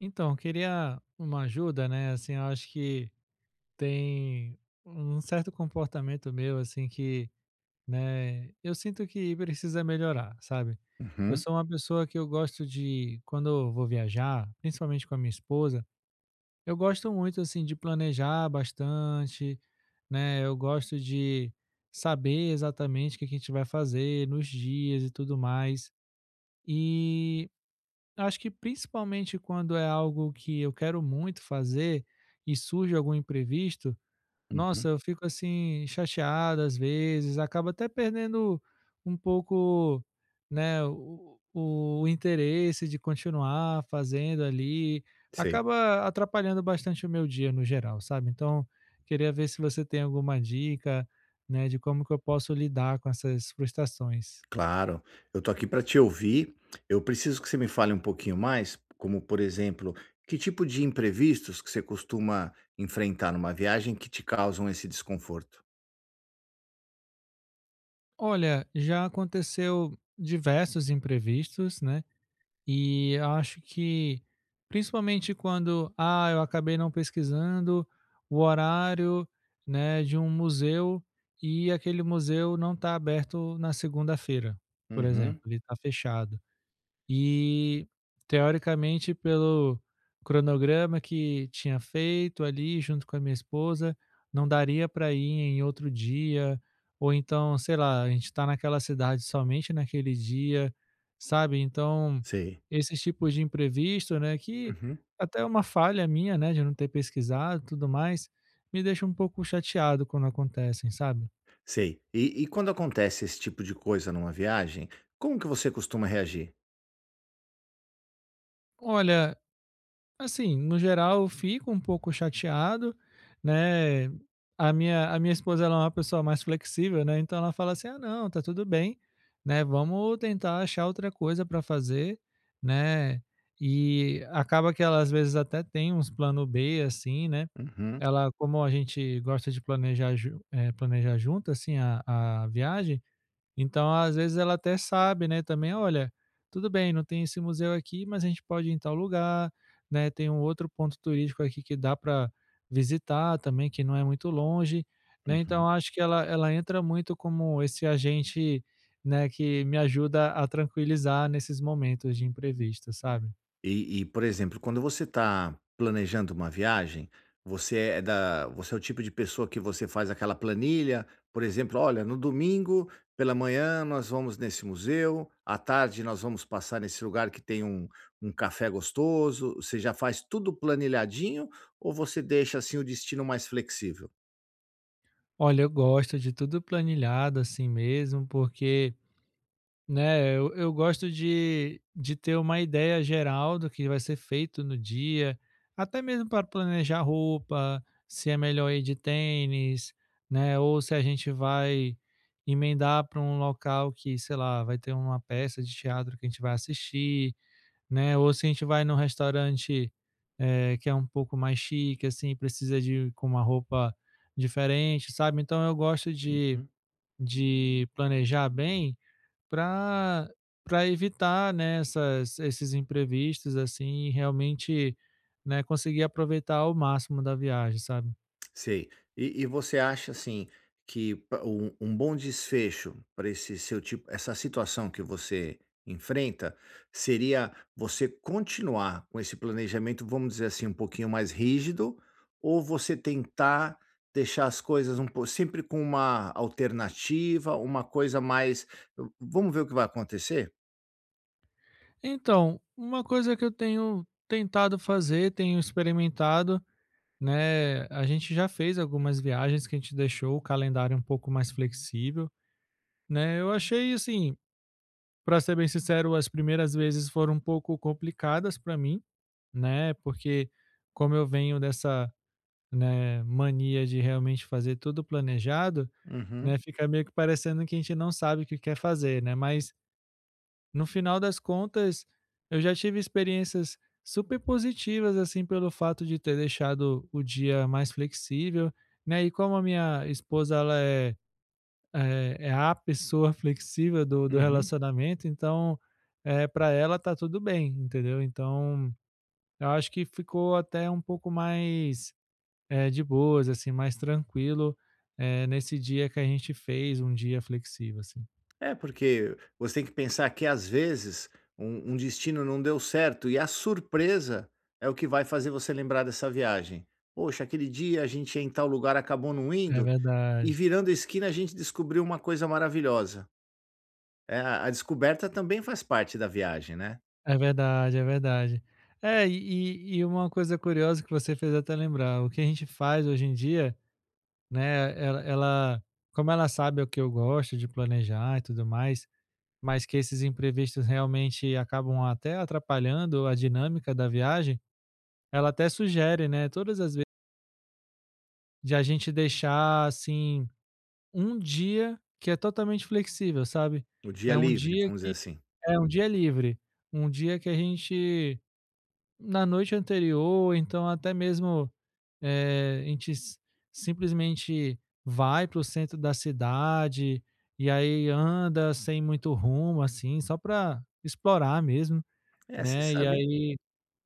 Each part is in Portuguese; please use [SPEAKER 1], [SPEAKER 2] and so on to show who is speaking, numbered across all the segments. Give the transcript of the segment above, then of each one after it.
[SPEAKER 1] Então, eu queria uma ajuda, né? Assim, eu acho que tem um certo comportamento meu, assim, que, né, eu sinto que precisa melhorar, sabe? Eu
[SPEAKER 2] Uhum,
[SPEAKER 1] sou uma pessoa que eu gosto de, quando eu vou viajar, principalmente com a minha esposa, eu gosto muito, assim, de planejar bastante, né? Eu gosto de saber exatamente o que que a gente vai fazer nos dias e tudo mais. E acho que principalmente quando é algo que eu quero muito fazer e surge algum imprevisto,
[SPEAKER 2] uhum.
[SPEAKER 1] nossa, eu fico assim chateado às vezes, acaba até perdendo um pouco, né, o interesse de continuar fazendo ali,
[SPEAKER 2] Sei,
[SPEAKER 1] acaba atrapalhando bastante o meu dia no geral, sabe? Então, queria ver se você tem alguma dica, né, de como que eu posso lidar com essas frustrações.
[SPEAKER 2] claro. Eu tô aqui para te ouvir. Eu preciso que você me fale um pouquinho mais, como, por exemplo, que tipo de imprevistos que você costuma enfrentar numa viagem que te causam esse desconforto?
[SPEAKER 1] Olha, já aconteceu diversos imprevistos, né? E eu acho que principalmente quando, eu acabei não pesquisando o horário, né, de um museu e aquele museu não está aberto na segunda-feira, por
[SPEAKER 2] Uhum,
[SPEAKER 1] exemplo, ele está fechado. E, teoricamente, pelo cronograma que tinha feito ali junto com a minha esposa, não daria para ir em outro dia, ou então, sei lá, a gente está naquela cidade somente naquele dia, sabe? Então,
[SPEAKER 2] sei.
[SPEAKER 1] esses tipos de imprevisto, né, que
[SPEAKER 2] Uhum,
[SPEAKER 1] até é uma falha minha, né, de não ter pesquisado e tudo mais, me deixa um pouco chateado quando acontecem, sabe?
[SPEAKER 2] sei. E quando acontece esse tipo de coisa numa viagem, como que você costuma reagir?
[SPEAKER 1] Olha, assim, no geral, eu fico um pouco chateado, né. A minha esposa, ela é uma pessoa mais flexível, né, então ela fala assim: "Ah, não, tá tudo bem, né, vamos tentar achar outra coisa para fazer", né. E acaba que ela, às vezes, até tem uns plano B, assim, né.
[SPEAKER 2] Uhum,
[SPEAKER 1] Ela como a gente gosta de planejar junto, assim, a viagem, então, às vezes ela até sabe, né, também: "Olha, tudo bem, não tem esse museu aqui, mas a gente pode ir em tal lugar, né, tem um outro ponto turístico aqui que dá para visitar também, que não é muito longe", né,
[SPEAKER 2] uhum.
[SPEAKER 1] então acho que ela entra muito como esse agente, né, que me ajuda a tranquilizar nesses momentos de imprevisto, sabe.
[SPEAKER 2] E, por exemplo, quando você está planejando uma viagem, você é o tipo de pessoa que você faz aquela planilha, por exemplo: "Olha, no domingo pela manhã nós vamos nesse museu, à tarde nós vamos passar nesse lugar que tem um café gostoso". Você já faz tudo planilhadinho ou você deixa, assim, o destino mais flexível?
[SPEAKER 1] Olha, eu gosto de tudo planilhado assim mesmo, porque, né, eu gosto de ter uma ideia geral do que vai ser feito no dia, até mesmo para planejar roupa, se é melhor ir de tênis, né, ou se a gente vai emendar para um local que, sei lá, vai ter uma peça de teatro que a gente vai assistir, né, ou se a gente vai num restaurante, que é um pouco mais chique, assim, precisa de com uma roupa diferente, sabe. Então eu gosto de planejar bem, para para evitar, né, essas esses imprevistos, assim, e realmente, né, conseguir aproveitar ao máximo da viagem, sabe.
[SPEAKER 2] Sei. E você acha, assim, que pa um bom desfecho para esse seu tipo essa situação que você enfrenta, seria você continuar com esse planejamento, vamos dizer assim, um pouquinho mais rígido, ou você tentar deixar as coisas um pouco sempre com uma alternativa, uma coisa mais: "Vamos ver o que vai acontecer?"
[SPEAKER 1] Então, uma coisa que eu tenho tentado fazer, tenho experimentado, né, a gente já fez algumas viagens que a gente deixou o calendário um pouco mais flexível, né. Eu achei, assim, para ser bem sincero, as primeiras vezes foram um pouco complicadas para mim, né, porque como eu venho dessa, né, mania de realmente fazer tudo planejado,
[SPEAKER 2] Uhum,
[SPEAKER 1] né, fica meio que parecendo que a gente não sabe o que quer fazer, né, mas no final das contas, eu já tive experiências super positivas, assim, pelo fato de ter deixado o dia mais flexível, né, e como a minha esposa, ela é a pessoa flexível do
[SPEAKER 2] uhum.
[SPEAKER 1] relacionamento, então, é para ela tá tudo bem, entendeu. Então, eu acho que ficou até um pouco mais, de boas, assim, mais tranquilo, nesse dia que a gente fez um dia flexível, assim.
[SPEAKER 2] É, porque você tem que pensar que às vezes um destino não deu certo e a surpresa é o que vai fazer você lembrar dessa viagem. Poxa, aquele dia a gente ia em tal lugar, acabou não
[SPEAKER 1] É
[SPEAKER 2] indo,
[SPEAKER 1] verdade,
[SPEAKER 2] e virando a esquina a gente descobriu uma coisa maravilhosa. É, a descoberta também faz parte da viagem, né?
[SPEAKER 1] é verdade, é verdade. É, e uma coisa curiosa que você fez até lembrar, o que a gente faz hoje em dia, né, ela como ela sabe o que eu gosto de planejar e tudo mais, mas que esses imprevistos realmente acabam até atrapalhando a dinâmica da viagem, ela até sugere, né, todas as vezes, de a gente deixar, assim, um dia que é totalmente flexível, sabe.
[SPEAKER 2] O dia
[SPEAKER 1] É um
[SPEAKER 2] livre,
[SPEAKER 1] dia
[SPEAKER 2] vamos dizer
[SPEAKER 1] que
[SPEAKER 2] assim.
[SPEAKER 1] é um dia livre, um dia que a gente, na noite anterior, então até mesmo, a gente si simplesmente vai para o centro da cidade, e aí anda sem muito rumo, assim, só para explorar mesmo,
[SPEAKER 2] É, você
[SPEAKER 1] né, e
[SPEAKER 2] sabe,
[SPEAKER 1] aí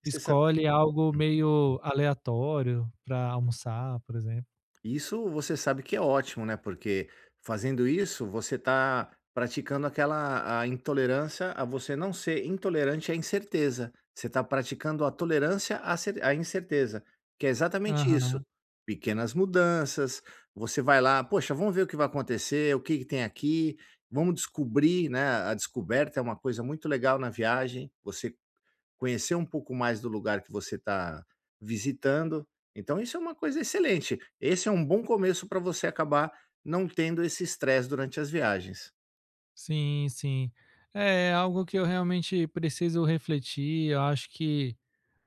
[SPEAKER 2] você sabe
[SPEAKER 1] escolhe algo meio aleatório para almoçar, por exemplo.
[SPEAKER 2] isso você sabe que é ótimo, né, porque fazendo isso, você está praticando aquela a intolerância a você não ser intolerante à incerteza. Você está praticando a tolerância à incerteza, que é exatamente
[SPEAKER 1] Aham.
[SPEAKER 2] isso. Pequenas mudanças, você vai lá: "Poxa, vamos ver o que vai acontecer, o que que tem aqui, vamos descobrir", né, a descoberta é uma coisa muito legal na viagem, você conhecer um pouco mais do lugar que você está visitando, então isso é uma coisa excelente. Esse é um bom começo para você acabar não tendo esse estresse durante as viagens.
[SPEAKER 1] Sim, sim. É, é algo que eu realmente preciso refletir. Eu acho que,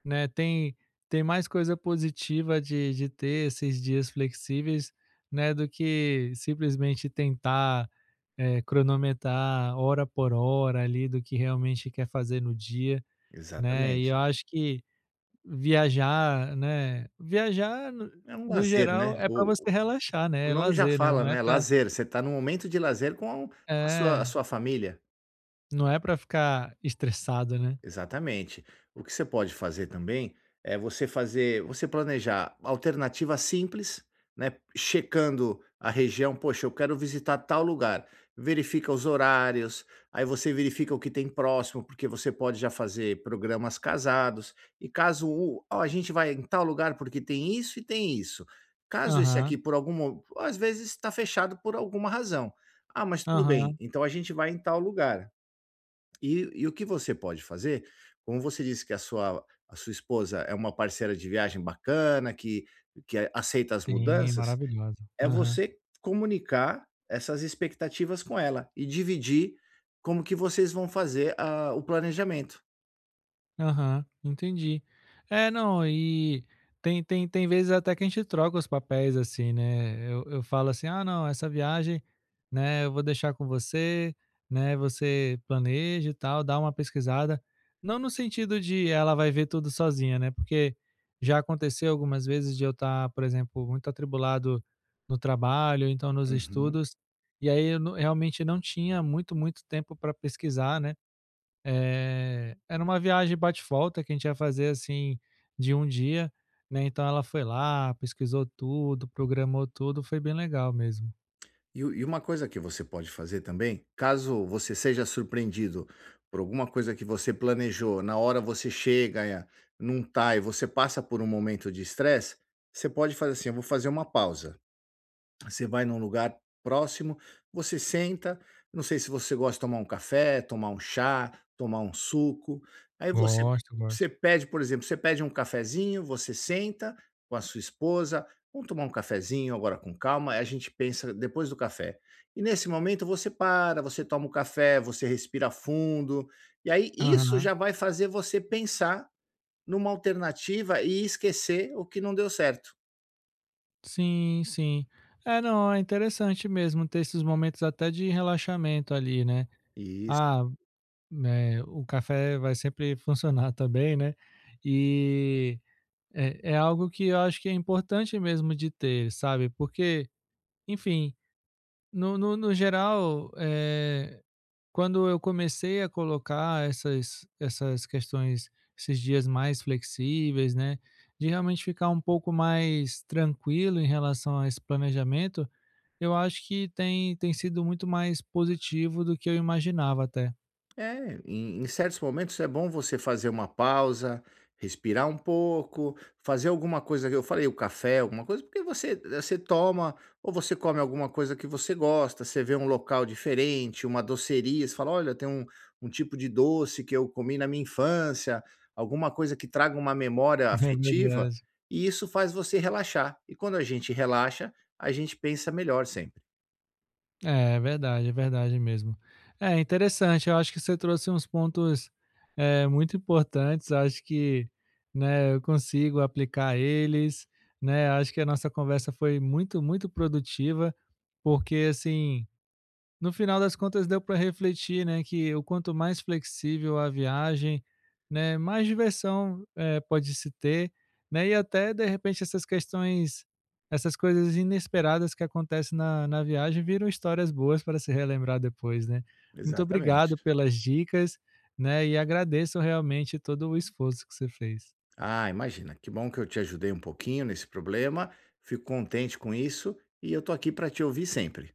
[SPEAKER 1] né, tem mais coisa positiva de ter esses dias flexíveis, né, do que simplesmente tentar, cronometrar hora por hora ali do que realmente quer fazer no dia, né? E eu
[SPEAKER 2] Exatamente.
[SPEAKER 1] acho que viajar, né, viajar no,
[SPEAKER 2] É um
[SPEAKER 1] no
[SPEAKER 2] lazer, né,
[SPEAKER 1] geral é para você relaxar,
[SPEAKER 2] o
[SPEAKER 1] né? É
[SPEAKER 2] nome já
[SPEAKER 1] lazer, né?
[SPEAKER 2] fala,
[SPEAKER 1] Não é
[SPEAKER 2] né,
[SPEAKER 1] para,
[SPEAKER 2] lazer, você está num momento de lazer com a
[SPEAKER 1] é,
[SPEAKER 2] sua família.
[SPEAKER 1] não é para ficar estressado, né?
[SPEAKER 2] Exatamente. O que você pode fazer também é você planejar alternativas simples, né? Checando a região, poxa, eu quero visitar tal lugar. Verifica os horários, aí você verifica o que tem próximo, porque você pode já fazer programas casados. E caso o- ó, a gente vai em tal lugar porque tem isso e tem isso. Caso esse
[SPEAKER 1] Aham,
[SPEAKER 2] aqui por alguma, às vezes está fechado por alguma razão. Ah, mas tudo bem.
[SPEAKER 1] aham,
[SPEAKER 2] Então a gente vai em tal lugar. E o que você pode fazer, como você disse que a sua esposa é uma parceira de viagem bacana, que aceita as
[SPEAKER 1] sim,
[SPEAKER 2] mudanças,
[SPEAKER 1] maravilhosa.
[SPEAKER 2] é
[SPEAKER 1] Aham.
[SPEAKER 2] você comunicar essas expectativas com ela e dividir como que vocês vão fazer a o planejamento.
[SPEAKER 1] Aham, entendi. É, não, e tem vezes até que a gente troca os papéis, assim, né, eu falo assim: "Ah, não, essa viagem, né, eu vou deixar com você, né, você planeja e tal, dá uma pesquisada". Não no sentido de ela vai ver tudo sozinha, né, porque já aconteceu algumas vezes de eu estar, por exemplo, muito atribulado no trabalho, então nos
[SPEAKER 2] Uhum.
[SPEAKER 1] estudos, e aí eu não, realmente não tinha muito, muito tempo para pesquisar, né. Era uma viagem bate-volta que a gente ia fazer, assim, de um dia, né, então ela foi lá, pesquisou tudo, programou tudo, foi bem legal mesmo.
[SPEAKER 2] E uma coisa que você pode fazer também, caso você seja surpreendido por alguma coisa que você planejou, na hora você chega, não tá e você passa por um momento de estresse, você pode fazer assim: "Eu vou fazer uma pausa". Você vai num lugar próximo, você senta, não sei se você gosta de tomar um café, tomar um chá, tomar um suco. Aí
[SPEAKER 1] Gosto, gosto.
[SPEAKER 2] você pede, por exemplo, você pede um cafezinho, você senta com a sua esposa, vamos tomar um cafezinho agora com calma, aí a gente pensa depois do café. E nesse momento você para, você toma o café, você respira fundo, e aí isso
[SPEAKER 1] Aham.
[SPEAKER 2] já vai fazer você pensar numa alternativa e esquecer o que não deu certo.
[SPEAKER 1] Sim, sim. É, não, é interessante mesmo ter esses momentos até de relaxamento ali, né. Ah, né? O café vai sempre funcionar também, né, e é algo que eu acho que é importante mesmo de ter, sabe, porque, enfim. No geral, quando eu comecei a colocar essas questões, esses dias mais flexíveis, né, de realmente ficar um pouco mais tranquilo em relação a esse planejamento, eu acho que tem sido muito mais positivo do que eu imaginava até.
[SPEAKER 2] É, em certos momentos é bom você fazer uma pausa, respirar um pouco, fazer alguma coisa que eu falei, o café, alguma coisa, porque você toma ou você come alguma coisa que você gosta, você vê um local diferente, uma doceria, você fala, olha, um tipo de doce que eu comi na minha infância, alguma coisa que traga uma memória
[SPEAKER 1] É
[SPEAKER 2] afetiva,
[SPEAKER 1] verdade.
[SPEAKER 2] e isso faz você relaxar. E quando a gente relaxa, a gente pensa melhor sempre.
[SPEAKER 1] É verdade, é verdade mesmo. É interessante, eu acho que você trouxe uns pontos, muito importantes, acho que, né, eu consigo aplicar eles, né, acho que a nossa conversa foi muito, muito produtiva, porque assim, no final das contas, deu para refletir, né, que o quanto mais flexível a viagem, né, mais diversão, pode se ter, né, e até de repente essas questões essas coisas inesperadas que acontecem na viagem viram histórias boas para se relembrar depois, né. Muito obrigado
[SPEAKER 2] Exatamente.
[SPEAKER 1] pelas dicas, né, e agradeço realmente todo o esforço que você fez.
[SPEAKER 2] Ah, imagina. Que bom que eu te ajudei um pouquinho nesse problema. Fico contente com isso e eu tô aqui para te ouvir sempre.